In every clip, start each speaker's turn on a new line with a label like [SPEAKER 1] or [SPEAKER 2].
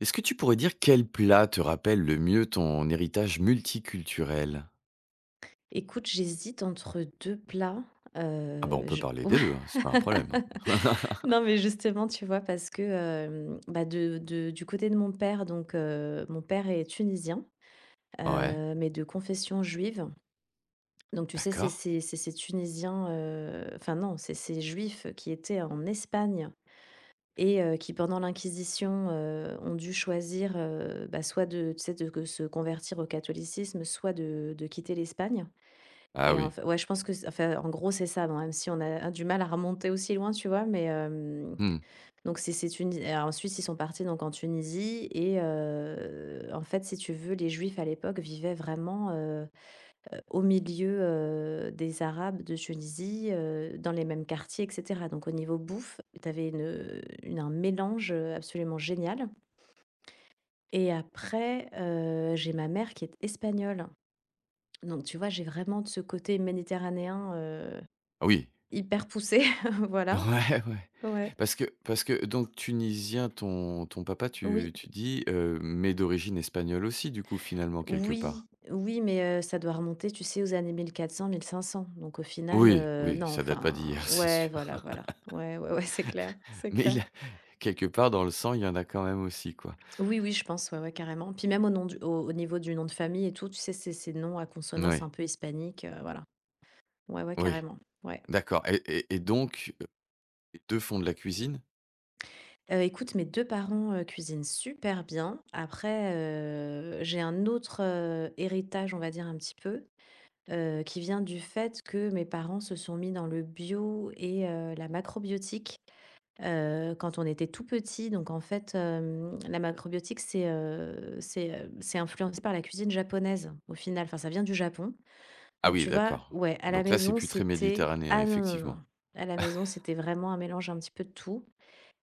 [SPEAKER 1] Est-ce que tu pourrais dire quel plat te rappelle le mieux ton héritage multiculturel?
[SPEAKER 2] Écoute, j'hésite entre 2 plats,
[SPEAKER 1] Ah bah, on peut
[SPEAKER 2] je
[SPEAKER 1] parler des
[SPEAKER 2] ouais.
[SPEAKER 1] 2, hein, c'est pas un problème,
[SPEAKER 2] Non, mais justement, tu vois? Parce que, bah, de du côté de mon père, donc mon père est tunisien,
[SPEAKER 1] Ouais,
[SPEAKER 2] mais de confession juive. Donc tu sais, c'est
[SPEAKER 1] d'accord.
[SPEAKER 2] ces c'est ces Tunisiens, enfin non, c'est ces Juifs qui étaient en Espagne et qui pendant l'Inquisition, ont dû choisir, bah, soit de tu sais, de se convertir au catholicisme, soit de quitter l'Espagne.
[SPEAKER 1] Ah
[SPEAKER 2] Et en
[SPEAKER 1] oui.
[SPEAKER 2] fait ouais, je pense que c enfin, en gros, c'est ça, bon, même si on a du mal à remonter aussi loin, tu vois? Mais,
[SPEAKER 1] Hmm.
[SPEAKER 2] donc c'est Tunis et ensuite, ils sont partis donc en Tunisie et en fait, si tu veux, les Juifs à l'époque vivaient vraiment, au milieu, des Arabes de Tunisie, dans les mêmes quartiers et cetera. Donc au niveau bouffe, tu avais une un mélange, absolument génial. Et après, j'ai ma mère qui est espagnole. Donc tu vois, j'ai vraiment de ce côté méditerranéen,
[SPEAKER 1] Ah oui.
[SPEAKER 2] hyper poussé, voilà,
[SPEAKER 1] Ouais, ouais.
[SPEAKER 2] ouais.
[SPEAKER 1] Parce que donc tunisien, ton papa tu
[SPEAKER 2] Oui,
[SPEAKER 1] tu dis, mais d'origine espagnole aussi du coup, finalement, quelque part?
[SPEAKER 2] oui, oui, mais ça doit remonter, tu sais, aux années mille quatre cents, 1500. Donc au final,
[SPEAKER 1] Oui, oui,
[SPEAKER 2] non,
[SPEAKER 1] ça date pas
[SPEAKER 2] enfin,
[SPEAKER 1] d'hier, c'est
[SPEAKER 2] ouais,
[SPEAKER 1] sûr.
[SPEAKER 2] voilà, voilà. Ouais, ouais, ouais, c'est clair, c'est
[SPEAKER 1] Mais
[SPEAKER 2] clair.
[SPEAKER 1] il a quelque part dans le sang, il y en a quand même aussi, quoi.
[SPEAKER 2] Oui, oui, je pense, ouais, ouais, carrément. Puis même au nom du au niveau du nom de famille et tout, tu sais, ces noms à consonance
[SPEAKER 1] Moui,
[SPEAKER 2] un peu hispanique, voilà. Ouais, ouais,
[SPEAKER 1] oui,
[SPEAKER 2] carrément, ouais.
[SPEAKER 1] d'accord et donc, les 2 font de la cuisine?
[SPEAKER 2] Écoute, mes 2 parents, cuisinent super bien. Après, j'ai un autre, héritage, on va dire, un petit peu, qui vient du fait que mes parents se sont mis dans le bio et la macrobiotique, quand on était tout petit. Donc en fait, la macrobiotique, c'est influencé par la cuisine japonaise, au final. Enfin, ça vient du Japon.
[SPEAKER 1] Ah
[SPEAKER 2] Donc
[SPEAKER 1] oui,
[SPEAKER 2] tu vois?
[SPEAKER 1] d'accord.
[SPEAKER 2] Ouais, à la
[SPEAKER 1] Donc là, c'est
[SPEAKER 2] maison,
[SPEAKER 1] plus très
[SPEAKER 2] c'était,
[SPEAKER 1] méditerranéen,
[SPEAKER 2] ah non, non, non.
[SPEAKER 1] effectivement.
[SPEAKER 2] À la maison, c'était vraiment un mélange un petit peu de tout.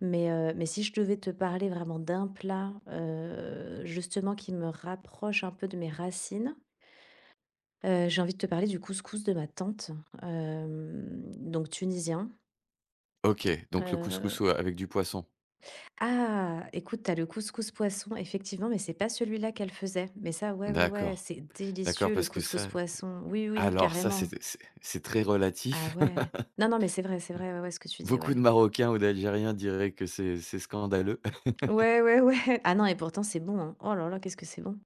[SPEAKER 2] Mais si je devais te parler vraiment d'un plat, justement qui me rapproche un peu de mes racines. J'ai envie de te parler du couscous de ma tante, donc tunisien,
[SPEAKER 1] OK, donc le
[SPEAKER 2] heu
[SPEAKER 1] couscous, ouais, avec du poisson.
[SPEAKER 2] ah! Écoute, t'as le couscous poisson effectivement, mais c'est pas celui-là qu'elle faisait. Mais ça, ouais, ouais, ouais,
[SPEAKER 1] D'accord,
[SPEAKER 2] c'est
[SPEAKER 1] d'accord,
[SPEAKER 2] délicieux le
[SPEAKER 1] parce que
[SPEAKER 2] couscous
[SPEAKER 1] ça
[SPEAKER 2] poisson. Oui, oui,
[SPEAKER 1] alors ça, c'est
[SPEAKER 2] carrément.
[SPEAKER 1] c'est c'est très
[SPEAKER 2] Ah
[SPEAKER 1] relatif.
[SPEAKER 2] ouais. Non, non, mais c'est vrai, ouais, ouais, ce que tu dis,
[SPEAKER 1] Beaucoup
[SPEAKER 2] ouais.
[SPEAKER 1] de Marocains ou d'Algériens diraient que c'est scandaleux.
[SPEAKER 2] Ouais, ouais, ouais. Ah non et pourtant c'est bon, hein. Oh là là, qu'est-ce que c'est bon.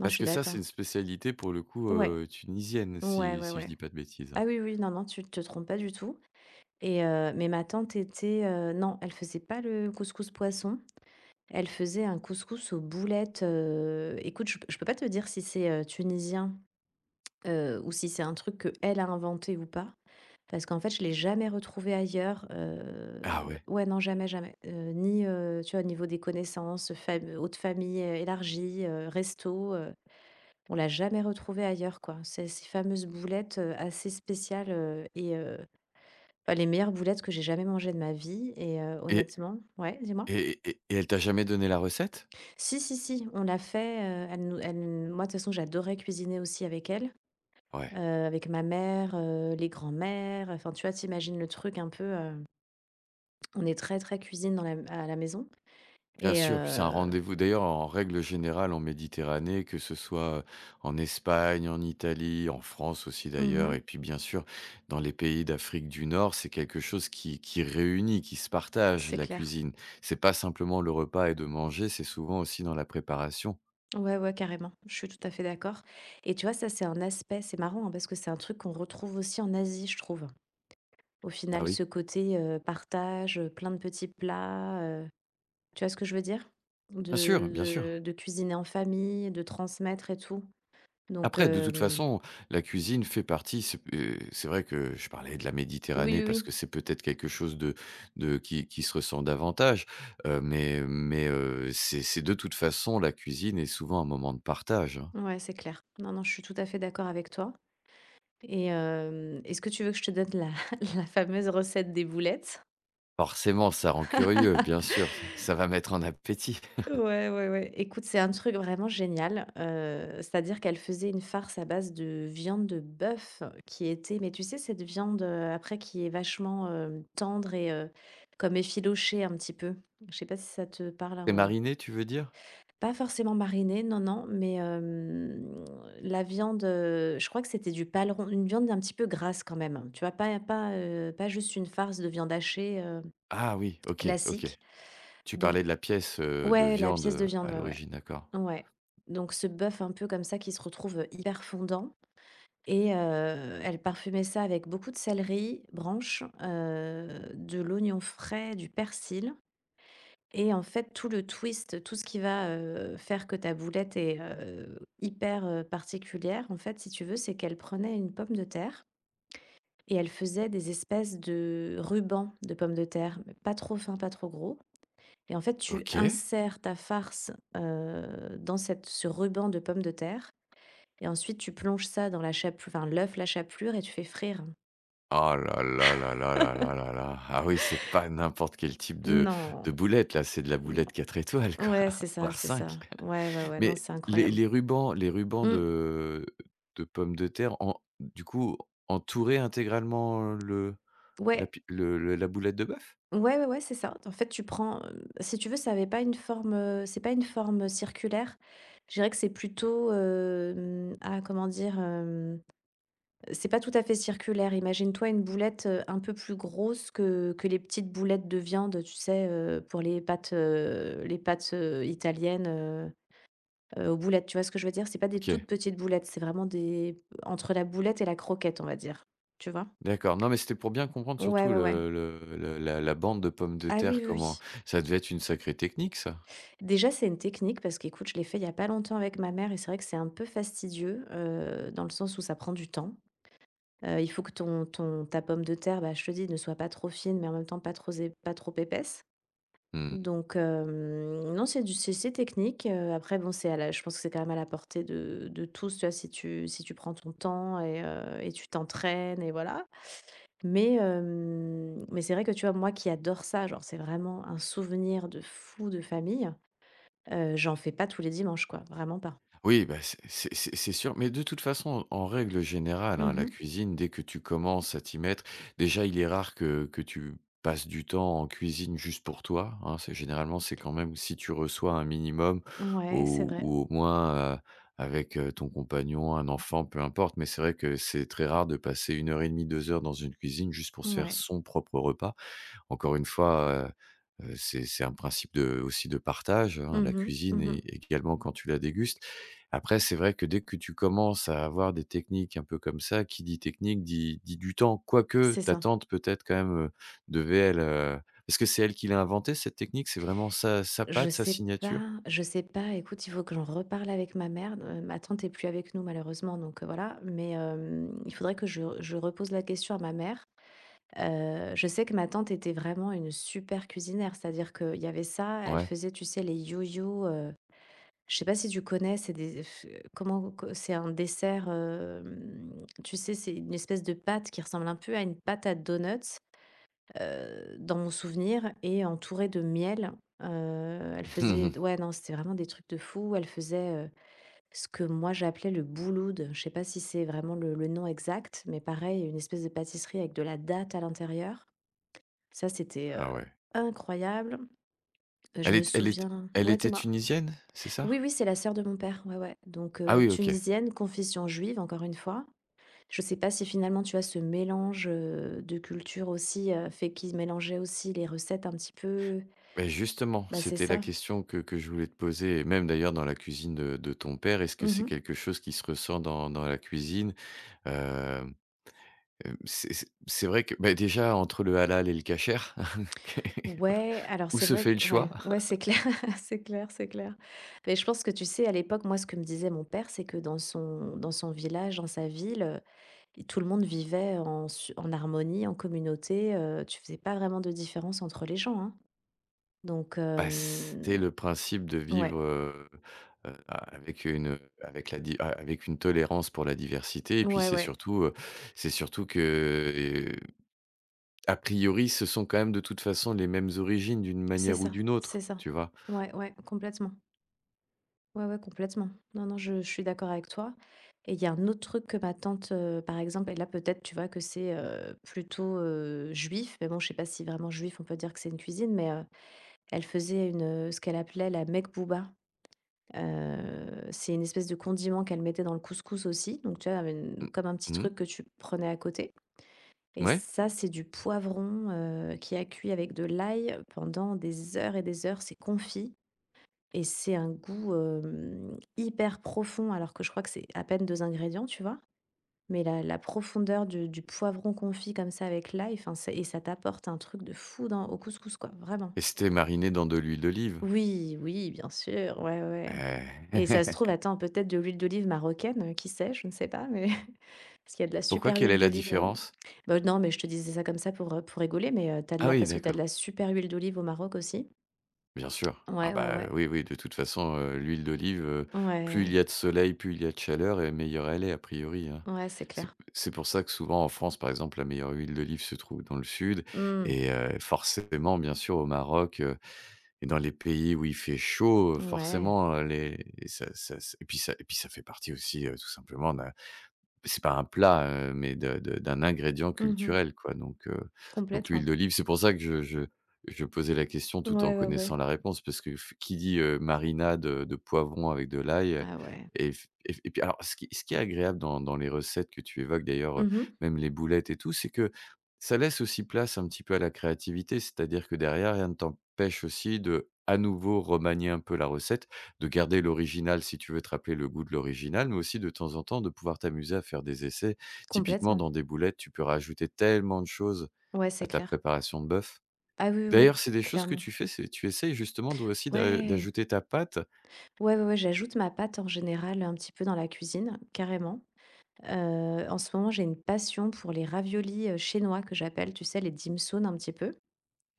[SPEAKER 2] Non, je
[SPEAKER 1] Parce
[SPEAKER 2] suis
[SPEAKER 1] que ça, c'est
[SPEAKER 2] d'accord.
[SPEAKER 1] une spécialité, pour le coup,
[SPEAKER 2] Ouais,
[SPEAKER 1] tunisienne,
[SPEAKER 2] ouais,
[SPEAKER 1] si
[SPEAKER 2] ouais,
[SPEAKER 1] si je
[SPEAKER 2] ouais.
[SPEAKER 1] dis pas de bêtises, hein?
[SPEAKER 2] Ah oui, oui, non, non, tu te trompes pas du tout et mais ma tante était, non, elle faisait pas le couscous poisson. Elle faisait un couscous aux boulettes, écoute, je peux pas te dire si c'est, tunisien, ou si c'est un truc que elle a inventé ou pas, parce qu'en fait, je l'ai jamais retrouvé ailleurs,
[SPEAKER 1] Ah ouais.
[SPEAKER 2] ouais, non, jamais, jamais, ni, tu vois, au niveau des connaissances, fam haute famille, élargie, resto, on l'a jamais retrouvé ailleurs, quoi. C'est ces fameuses boulettes, assez spéciales, et bah, les meilleures boulettes que j'ai jamais mangées de ma vie. Et
[SPEAKER 1] Et
[SPEAKER 2] honnêtement ouais, dis-moi?
[SPEAKER 1] elle t'a jamais donné la recette?
[SPEAKER 2] Si, si, si, on l'a fait, elle nous elle moi, de toute façon, j'adorais cuisiner aussi avec elle,
[SPEAKER 1] Ouais,
[SPEAKER 2] avec ma mère, les grands-mères, enfin, tu vois, t'imagines le truc un peu, on est très, très cuisine dans la à la maison
[SPEAKER 1] bien
[SPEAKER 2] et
[SPEAKER 1] sûr, c'est un rendez-vous. D'ailleurs, en règle générale, en Méditerranée, que ce soit, en Espagne, en Italie, en France aussi d'ailleurs
[SPEAKER 2] mmh
[SPEAKER 1] et puis, bien sûr, dans les pays d'Afrique du Nord, c'est quelque chose qui réunit, qui se partage,
[SPEAKER 2] c'est
[SPEAKER 1] la
[SPEAKER 2] clair.
[SPEAKER 1] cuisine. C'est pas simplement le repas et de manger, c'est souvent aussi dans la préparation.
[SPEAKER 2] Ouais, ouais, carrément, je suis tout à fait d'accord. Et tu vois, ça, c'est un aspect c'est marrant, hein, parce que c'est un truc qu'on retrouve aussi en Asie, je trouve. Au
[SPEAKER 1] Ah
[SPEAKER 2] final, ce
[SPEAKER 1] oui,
[SPEAKER 2] côté, partage, plein de petits plats. Tu vois ce que je veux dire? De
[SPEAKER 1] bien sûr, bien sûr.
[SPEAKER 2] de de cuisiner en famille, de transmettre et tout. Donc
[SPEAKER 1] Après, de toute façon, la cuisine fait partie c'est vrai que je parlais de la Méditerranée
[SPEAKER 2] oui,
[SPEAKER 1] parce
[SPEAKER 2] oui,
[SPEAKER 1] que c'est peut-être quelque chose de qui se ressent davantage, mais c'est de toute façon, la cuisine est souvent un moment de partage, hein.
[SPEAKER 2] oui, ouais, c'est clair. Non, non, je suis tout à fait d'accord avec toi. Et est-ce que tu veux que je te donne la la fameuse recette des boulettes?
[SPEAKER 1] Forcément, ça rend curieux, bien sûr, ça ça va mettre en appétit.
[SPEAKER 2] Ouais, ouais, ouais. Écoute, c'est un truc vraiment génial, c'est-à-dire qu'elle faisait une farce à base de viande de bœuf qui était mais tu sais cette viande, après qui est vachement, tendre et comme effilochée un petit peu. Je sais pas si ça te parle,
[SPEAKER 1] C'est
[SPEAKER 2] heu?
[SPEAKER 1] mariné, tu veux dire?
[SPEAKER 2] Pas forcément marinée, non, non, mais, la viande, je crois que c'était du paleron, une viande un petit peu grasse quand même, tu vois? Pas juste une farce de viande hachée,
[SPEAKER 1] Ah oui, OK, OK.
[SPEAKER 2] classique.
[SPEAKER 1] Tu
[SPEAKER 2] Donc
[SPEAKER 1] parlais de la pièce, de
[SPEAKER 2] ouais, la
[SPEAKER 1] viande,
[SPEAKER 2] pièce de viande,
[SPEAKER 1] à
[SPEAKER 2] ouais, ouais.
[SPEAKER 1] l'origine, d'accord.
[SPEAKER 2] Ouais. Donc ce bœuf un peu comme ça qui se retrouve, hyper fondant. Et elle parfumait ça avec beaucoup de céleri, branches, de l'oignon frais, du persil. Et en fait, tout le twist, tout ce qui va, faire que ta boulette est, hyper, particulière, en fait, si tu veux, c'est qu'elle prenait une pomme de terre et elle faisait des espèces de rubans de pommes de terre, mais pas trop fins, pas trop gros, et en fait, tu
[SPEAKER 1] OK.
[SPEAKER 2] insères ta farce, dans cette ce ruban de pommes de terre. Et ensuite tu plonges ça dans la chapelure, enfin l'œuf, la chapelure et tu fais frire.
[SPEAKER 1] Oh là là là là là là là là. Ah oui, c'est pas n'importe quel type
[SPEAKER 2] Non,
[SPEAKER 1] de boulette là, c'est de la
[SPEAKER 2] non.
[SPEAKER 1] boulette 4 étoiles quoi,
[SPEAKER 2] Ouais, c'est ça,
[SPEAKER 1] voire
[SPEAKER 2] c'est
[SPEAKER 1] cinq.
[SPEAKER 2] ça. Ouais, ouais, ouais, non,
[SPEAKER 1] Mais
[SPEAKER 2] c'est incroyable.
[SPEAKER 1] les rubans
[SPEAKER 2] Mmh.
[SPEAKER 1] de pommes de terre en du coup, entouraient intégralement le la
[SPEAKER 2] Ouais.
[SPEAKER 1] pi le la boulette de bœuf?
[SPEAKER 2] Ouais, ouais, ouais, c'est ça. En fait, tu prends, si tu veux, ça avait pas une forme, c'est pas une forme, circulaire. Je dirais que c'est plutôt, ah, comment dire? C'est pas tout à fait circulaire. Imagine-toi une boulette, un peu plus grosse que les petites boulettes de viande, tu sais, pour les pâtes, italiennes, aux boulettes. Tu vois ce que je veux dire? C'est pas des
[SPEAKER 1] OK,
[SPEAKER 2] toutes petites boulettes, c'est vraiment des entre la boulette et la croquette, on va dire. Tu vois?
[SPEAKER 1] d'accord. Non mais c'était pour bien comprendre
[SPEAKER 2] Ouais,
[SPEAKER 1] surtout
[SPEAKER 2] ouais, ouais.
[SPEAKER 1] le la la bande de pommes de
[SPEAKER 2] Ah oui,
[SPEAKER 1] terre,
[SPEAKER 2] oui,
[SPEAKER 1] comment
[SPEAKER 2] oui.
[SPEAKER 1] ça devait être une sacrée technique ça?
[SPEAKER 2] Déjà, c'est une technique parce qu'écoute, je l'ai fait il y a pas longtemps avec ma mère et c'est vrai que c'est un peu fastidieux, dans le sens où ça prend du temps. Il faut que ton ton ta pomme de terre, bah, je te dis, ne soit pas trop fine, mais en même temps pas trop épaisse.
[SPEAKER 1] Mmh.
[SPEAKER 2] Donc, non, c'est technique, après bon, c'est à la je pense que c'est quand même à la portée de tous, tu vois? Si tu prends ton temps, et tu t'entraînes et voilà. Mais c'est vrai que, tu vois, moi qui adore ça, genre, c'est vraiment un souvenir de fou de famille. J'en fais pas tous les dimanches quoi, vraiment pas.
[SPEAKER 1] Oui, bah, c'est sûr, mais de toute façon, en règle générale, hein, la
[SPEAKER 2] Mmh,
[SPEAKER 1] cuisine, dès que tu commences à t'y mettre, déjà, il est rare que tu passes du temps en cuisine juste pour toi, hein. C'est généralement, c'est quand même si tu reçois un minimum
[SPEAKER 2] ouais, c'est vrai.
[SPEAKER 1] ou au moins, avec, ton compagnon, un enfant, peu importe, mais c'est vrai que c'est très rare de passer une heure et demie, 2 heures dans une cuisine juste pour se faire
[SPEAKER 2] Ouais.
[SPEAKER 1] son propre repas. Encore une fois, c'est un principe de aussi de partage, hein,
[SPEAKER 2] Mmh
[SPEAKER 1] la
[SPEAKER 2] mh.
[SPEAKER 1] cuisine et
[SPEAKER 2] Mmh.
[SPEAKER 1] également quand tu la dégustes. Après, c'est vrai que dès que tu commences à avoir des techniques un peu comme ça, qui dit technique dit du temps. Quoique
[SPEAKER 2] C'est
[SPEAKER 1] ta
[SPEAKER 2] ça.
[SPEAKER 1] tante peut-être quand même, devait elle, parce que c'est elle qui l'a inventé cette technique? C'est vraiment sa sa
[SPEAKER 2] Je
[SPEAKER 1] patte, sa
[SPEAKER 2] sais pas,
[SPEAKER 1] signature?
[SPEAKER 2] je sais pas, écoute, il faut que j'en reparle avec ma mère. Ma tante est plus avec nous malheureusement, donc voilà. Mais il faudrait que je repose la question à ma mère. Je sais que ma tante était vraiment une super cuisinière, c'est-à-dire qu'il y avait ça, elle
[SPEAKER 1] Ouais.
[SPEAKER 2] faisait, tu sais, les yo yo. Je sais pas si tu connais, c'est des f comment co c'est un dessert, tu sais, c'est une espèce de pâte qui ressemble un peu à une pâte à donuts, dans mon souvenir et entourée de miel. Elle faisait ouais, non, c'était vraiment des trucs de fou. Elle faisait, ce que moi j'appelais le bouloud. Je sais pas si c'est vraiment le nom exact, mais pareil, une espèce de pâtisserie avec de la date à l'intérieur. Ça, c'était,
[SPEAKER 1] Ah ouais.
[SPEAKER 2] incroyable. Je
[SPEAKER 1] Elle
[SPEAKER 2] me
[SPEAKER 1] est elle est
[SPEAKER 2] souviens
[SPEAKER 1] elle
[SPEAKER 2] ouais,
[SPEAKER 1] était
[SPEAKER 2] dis-moi?
[SPEAKER 1] tunisienne, c'est
[SPEAKER 2] Oui,
[SPEAKER 1] ça?
[SPEAKER 2] oui, c'est la sœur de mon père, ouais, ouais. Donc
[SPEAKER 1] Ah oui, OK.
[SPEAKER 2] tunisienne, confession juive, encore une fois. Je sais pas si finalement, tu as ce mélange, de culture aussi, fait qu'ils mélangeaient aussi les recettes un petit peu.
[SPEAKER 1] Beh, justement,
[SPEAKER 2] Bah, c'est
[SPEAKER 1] c'était la
[SPEAKER 2] ça.
[SPEAKER 1] question que je voulais te poser et même d'ailleurs dans la cuisine de ton père. Est-ce que c'est
[SPEAKER 2] Mmh,
[SPEAKER 1] quelque chose qui se ressent dans dans la cuisine? Hem, c'est c'est vrai que, beh, déjà entre le halal et le kasher,
[SPEAKER 2] ouais, alors
[SPEAKER 1] où
[SPEAKER 2] c'est
[SPEAKER 1] se
[SPEAKER 2] vrai,
[SPEAKER 1] fait le
[SPEAKER 2] q
[SPEAKER 1] choix?
[SPEAKER 2] ouais, ouais, c'est clair, c'est clair, c'est clair. Mais je pense que tu sais, à l'époque, moi, ce que me disait mon père, c'est que dans son village, dans sa ville, i tout le monde vivait en harmonie, en communauté, tu faisais pas vraiment de différence entre les gens, hein. Donc.
[SPEAKER 1] Bah, c'est le principe de
[SPEAKER 2] Ouais,
[SPEAKER 1] vivre, avec une, avec la di avec une tolérance pour la diversité et puis
[SPEAKER 2] ouais, ouais,
[SPEAKER 1] c'est surtout que, a priori, ce sont quand même de toute façon les mêmes origines d'une
[SPEAKER 2] c'est
[SPEAKER 1] manière ou
[SPEAKER 2] ça,
[SPEAKER 1] d'une
[SPEAKER 2] c'est
[SPEAKER 1] autre,
[SPEAKER 2] ça.
[SPEAKER 1] tu vois?
[SPEAKER 2] Ouais, ouais, complètement. Ouais, ouais, complètement. Non, non, je suis d'accord avec toi. Et il y a un autre truc que ma tante, par exemple, et là peut-être tu vois que c'est plutôt juif, mais bon, je sais pas si vraiment juif on peut dire que c'est une cuisine, mais elle faisait ce qu'elle appelait la mekbouba. C'est une espèce de condiment qu'elle mettait dans le couscous aussi, donc tu vois,
[SPEAKER 1] Mmh.
[SPEAKER 2] comme un petit
[SPEAKER 1] Mmh.
[SPEAKER 2] truc que tu prenais à côté. Et
[SPEAKER 1] Ouais
[SPEAKER 2] ça, c'est du poivron, qui a cuit avec de l'ail pendant des heures et des heures, c'est confit et c'est un goût, hyper profond alors que je crois que c'est à peine 2 ingrédients, tu vois? Mais la profondeur du poivron confit comme ça avec l'ail, enfin, c'est et ça t'apporte un truc de fou dans au couscous, quoi, vraiment.
[SPEAKER 1] et c'était mariné dans de l'huile d'olive?
[SPEAKER 2] Oui, oui, bien sûr, ouais, ouais, et
[SPEAKER 1] Eh!
[SPEAKER 2] ça se trouve, attends, peut-être de l'huile d'olive marocaine, qui sait? Je ne sais pas, mais parce qu'il y a de la
[SPEAKER 1] Pourquoi?
[SPEAKER 2] super
[SPEAKER 1] Quelle
[SPEAKER 2] huile
[SPEAKER 1] est la
[SPEAKER 2] d'olive, hem,
[SPEAKER 1] différence?
[SPEAKER 2] bah, non, mais je te disais ça comme ça pour rigoler, mais, tu de
[SPEAKER 1] Ah
[SPEAKER 2] la
[SPEAKER 1] oui,
[SPEAKER 2] parce que tu as de la
[SPEAKER 1] d'accord.
[SPEAKER 2] super huile d'olive au Maroc aussi.
[SPEAKER 1] Bien sûr. Ah
[SPEAKER 2] Ouais, ouais,
[SPEAKER 1] bah,
[SPEAKER 2] ouais.
[SPEAKER 1] oui, oui, de toute façon, l'huile d'olive, plus
[SPEAKER 2] Ouais,
[SPEAKER 1] il y a de soleil, plus il y a de chaleur et meilleure elle est a priori, hein.
[SPEAKER 2] ouais, c'est
[SPEAKER 1] C'est
[SPEAKER 2] clair.
[SPEAKER 1] c'est pour ça que souvent en France, par exemple, la meilleure huile d'olive se trouve dans le sud
[SPEAKER 2] Mmh.
[SPEAKER 1] et forcément, bien sûr, au Maroc, et dans les pays où il fait chaud,
[SPEAKER 2] Ouais.
[SPEAKER 1] forcément, les et ça et puis ça et puis ça fait partie aussi, tout simplement d'un. C'est pas un plat, mais de d'un ingrédient
[SPEAKER 2] Mmh.
[SPEAKER 1] culturel, quoi, donc l'huile
[SPEAKER 2] Complètement.
[SPEAKER 1] d'olive, c'est pour ça que je posais la question
[SPEAKER 2] Ouais,
[SPEAKER 1] tout en
[SPEAKER 2] ouais,
[SPEAKER 1] connaissant
[SPEAKER 2] ouais.
[SPEAKER 1] la réponse parce que f qui dit, marinade, de poivrons avec de l'ail,
[SPEAKER 2] Ah ouais.
[SPEAKER 1] et f et f et puis alors ce qui est agréable dans dans les recettes que tu évoques d'ailleurs,
[SPEAKER 2] Mmh.
[SPEAKER 1] même les boulettes et tout, c'est que ça laisse aussi place un petit peu à la créativité. C'est-à-dire que derrière, rien ne t'empêche aussi de, à nouveau, remanier un peu la recette de garder l'original si tu veux te rappeler le goût de l'original, mais aussi de temps en temps de pouvoir t'amuser à faire des essais. Typiquement
[SPEAKER 2] Complètement.
[SPEAKER 1] dans des boulettes, tu peux rajouter tellement de choses
[SPEAKER 2] Ouais, c'est
[SPEAKER 1] à ta
[SPEAKER 2] clair.
[SPEAKER 1] préparation de bœuf.
[SPEAKER 2] Ah oui, oui,
[SPEAKER 1] D'ailleurs,
[SPEAKER 2] oui,
[SPEAKER 1] c'est des choses que
[SPEAKER 2] clairement.
[SPEAKER 1] tu fais, c'est tu essayes justement toi aussi d'a
[SPEAKER 2] Ouais.
[SPEAKER 1] d'ajouter ta pâte?
[SPEAKER 2] Ouais, ouais, ouais, j'ajoute ma pâte en général un petit peu dans la cuisine, carrément. En ce moment, j'ai une passion pour les raviolis, chinois que j'appelle, tu sais, les dim sum un petit peu.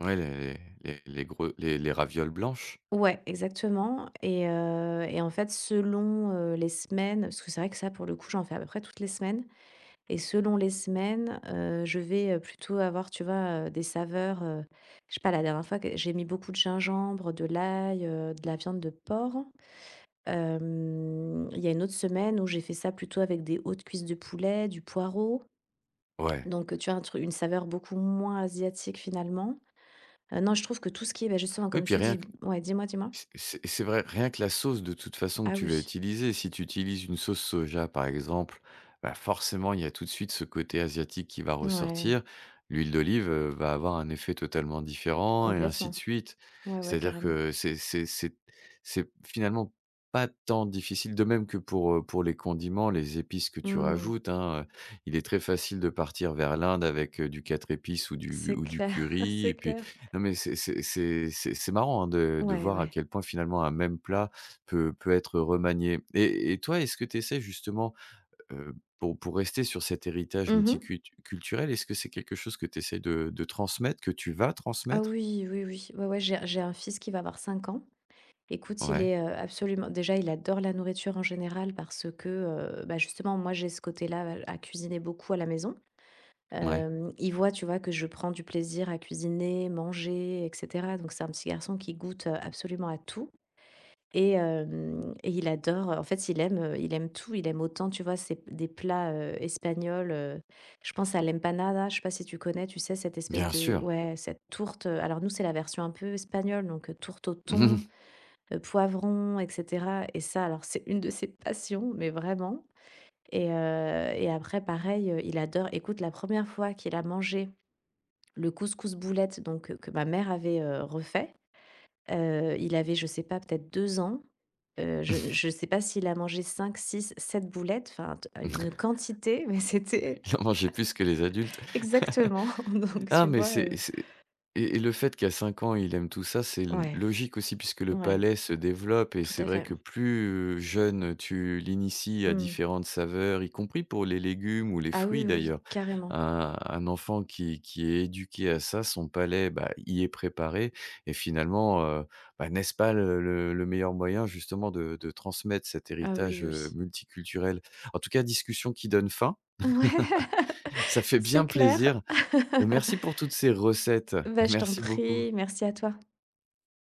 [SPEAKER 1] Ouais, les les gros les ravioles blanches?
[SPEAKER 2] Ouais, exactement, et en fait, selon, les semaines parce que c'est vrai que ça, pour le coup, j'en fais à peu près toutes les semaines, et selon les semaines, je vais, plutôt avoir, tu vois, des saveurs, je sais pas, la dernière fois que j'ai mis beaucoup de gingembre, de l'ail, de la viande de porc. Il y a une autre semaine où j'ai fait ça plutôt avec des hautes cuisses de poulet, du poireau,
[SPEAKER 1] Ouais.
[SPEAKER 2] donc tu vois, un tru une saveur beaucoup moins asiatique, finalement. Non, je trouve que tout ce qui est, bah, justement,
[SPEAKER 1] Oui,
[SPEAKER 2] comme
[SPEAKER 1] puis
[SPEAKER 2] tu
[SPEAKER 1] rien
[SPEAKER 2] dis,
[SPEAKER 1] que
[SPEAKER 2] ouais, dis-moi, dis-moi?
[SPEAKER 1] C c'est vrai, rien que la sauce de toute façon
[SPEAKER 2] Ah
[SPEAKER 1] que tu vas
[SPEAKER 2] oui,
[SPEAKER 1] utiliser, si tu utilises une sauce soja par exemple, bah, forcément il y a tout de suite ce côté asiatique qui va
[SPEAKER 2] ouais.
[SPEAKER 1] ressortir. L'huile d'olive, va avoir un effet totalement différent et ainsi de
[SPEAKER 2] Complètement.
[SPEAKER 1] suite.
[SPEAKER 2] Ouais, ouais,
[SPEAKER 1] C'est-à-dire
[SPEAKER 2] carrément.
[SPEAKER 1] que c'est finalement pas tant difficile, de même que pour les condiments, les épices que tu
[SPEAKER 2] Mmh.
[SPEAKER 1] rajoutes, hein, il est très facile de partir vers l'Inde avec, du 4 épices
[SPEAKER 2] C'est
[SPEAKER 1] ou du
[SPEAKER 2] clair,
[SPEAKER 1] curry
[SPEAKER 2] c'est
[SPEAKER 1] et puis
[SPEAKER 2] clair.
[SPEAKER 1] non, mais c'est marrant, hein, de
[SPEAKER 2] Ouais,
[SPEAKER 1] voir à
[SPEAKER 2] ouais.
[SPEAKER 1] quel point finalement un même plat peut peut être remanié et toi, est-ce que tu essaies justement, pour rester sur cet héritage
[SPEAKER 2] Mmh.
[SPEAKER 1] multiculturel est-ce que c'est quelque chose que tu essaies de transmettre, que tu vas
[SPEAKER 2] Ah
[SPEAKER 1] transmettre?
[SPEAKER 2] oui, oui, oui. Ouais, ouais, j'ai un fils qui va avoir 5 ans. Écoute, il
[SPEAKER 1] Ouais,
[SPEAKER 2] est, absolument déjà, il adore la nourriture en général parce que, bah, justement, moi, j'ai ce côté-là à cuisiner beaucoup à la maison.
[SPEAKER 1] ouais
[SPEAKER 2] Il voit, tu vois, que je prends du plaisir à cuisiner, manger et cetera. Donc c'est un petit garçon qui goûte, absolument à tout. Et hem et il adore, en fait, il aime tout. Il aime autant, tu vois, c'est des plats, espagnols, je pense à l'empanada, je sais pas si tu connais, tu sais, cette espèce
[SPEAKER 1] bien
[SPEAKER 2] de
[SPEAKER 1] sûr.
[SPEAKER 2] ouais, cette tourte, alors nous, c'est la version un peu espagnole, donc tourte au thon, poivron et cetera, et ça, alors c'est une de ses passions, mais vraiment. Et après pareil, il adore, écoute, la première fois qu'il a mangé le couscous boulette, donc que ma mère avait, refait, il avait, je sais pas, peut-être 2 ans. Je sais pas s'il a mangé 5 6 7 boulettes, enfin t une quantité, mais c'était
[SPEAKER 1] Il en mangeait plus que les adultes.
[SPEAKER 2] exactement donc
[SPEAKER 1] Ah,
[SPEAKER 2] tu
[SPEAKER 1] mais
[SPEAKER 2] vois, heu?
[SPEAKER 1] c'est et le fait qu'à 5 ans, il aime tout ça, c'est l
[SPEAKER 2] Ouais,
[SPEAKER 1] logique aussi puisque le
[SPEAKER 2] ouais,
[SPEAKER 1] palais se développe et
[SPEAKER 2] tout
[SPEAKER 1] c'est
[SPEAKER 2] à
[SPEAKER 1] vrai
[SPEAKER 2] fait.
[SPEAKER 1] que plus jeune tu l'inities à
[SPEAKER 2] Mmh.
[SPEAKER 1] différentes saveurs, y compris pour les légumes ou les
[SPEAKER 2] Ah
[SPEAKER 1] fruits
[SPEAKER 2] oui, oui,
[SPEAKER 1] d'ailleurs.
[SPEAKER 2] carrément.
[SPEAKER 1] Un enfant qui est éduqué à ça, son palais, bah, y est préparé et finalement, bah, n'est-ce pas le le meilleur moyen justement de transmettre cet
[SPEAKER 2] Ah
[SPEAKER 1] héritage,
[SPEAKER 2] oui, oui.
[SPEAKER 1] multiculturel? En tout cas, discussion qui donne faim.
[SPEAKER 2] Ouais,
[SPEAKER 1] Ça fait
[SPEAKER 2] c'est
[SPEAKER 1] bien
[SPEAKER 2] clair.
[SPEAKER 1] plaisir. Et merci pour toutes ces recettes.
[SPEAKER 2] Bah, je t'en
[SPEAKER 1] Merci beaucoup.
[SPEAKER 2] prie, merci à toi.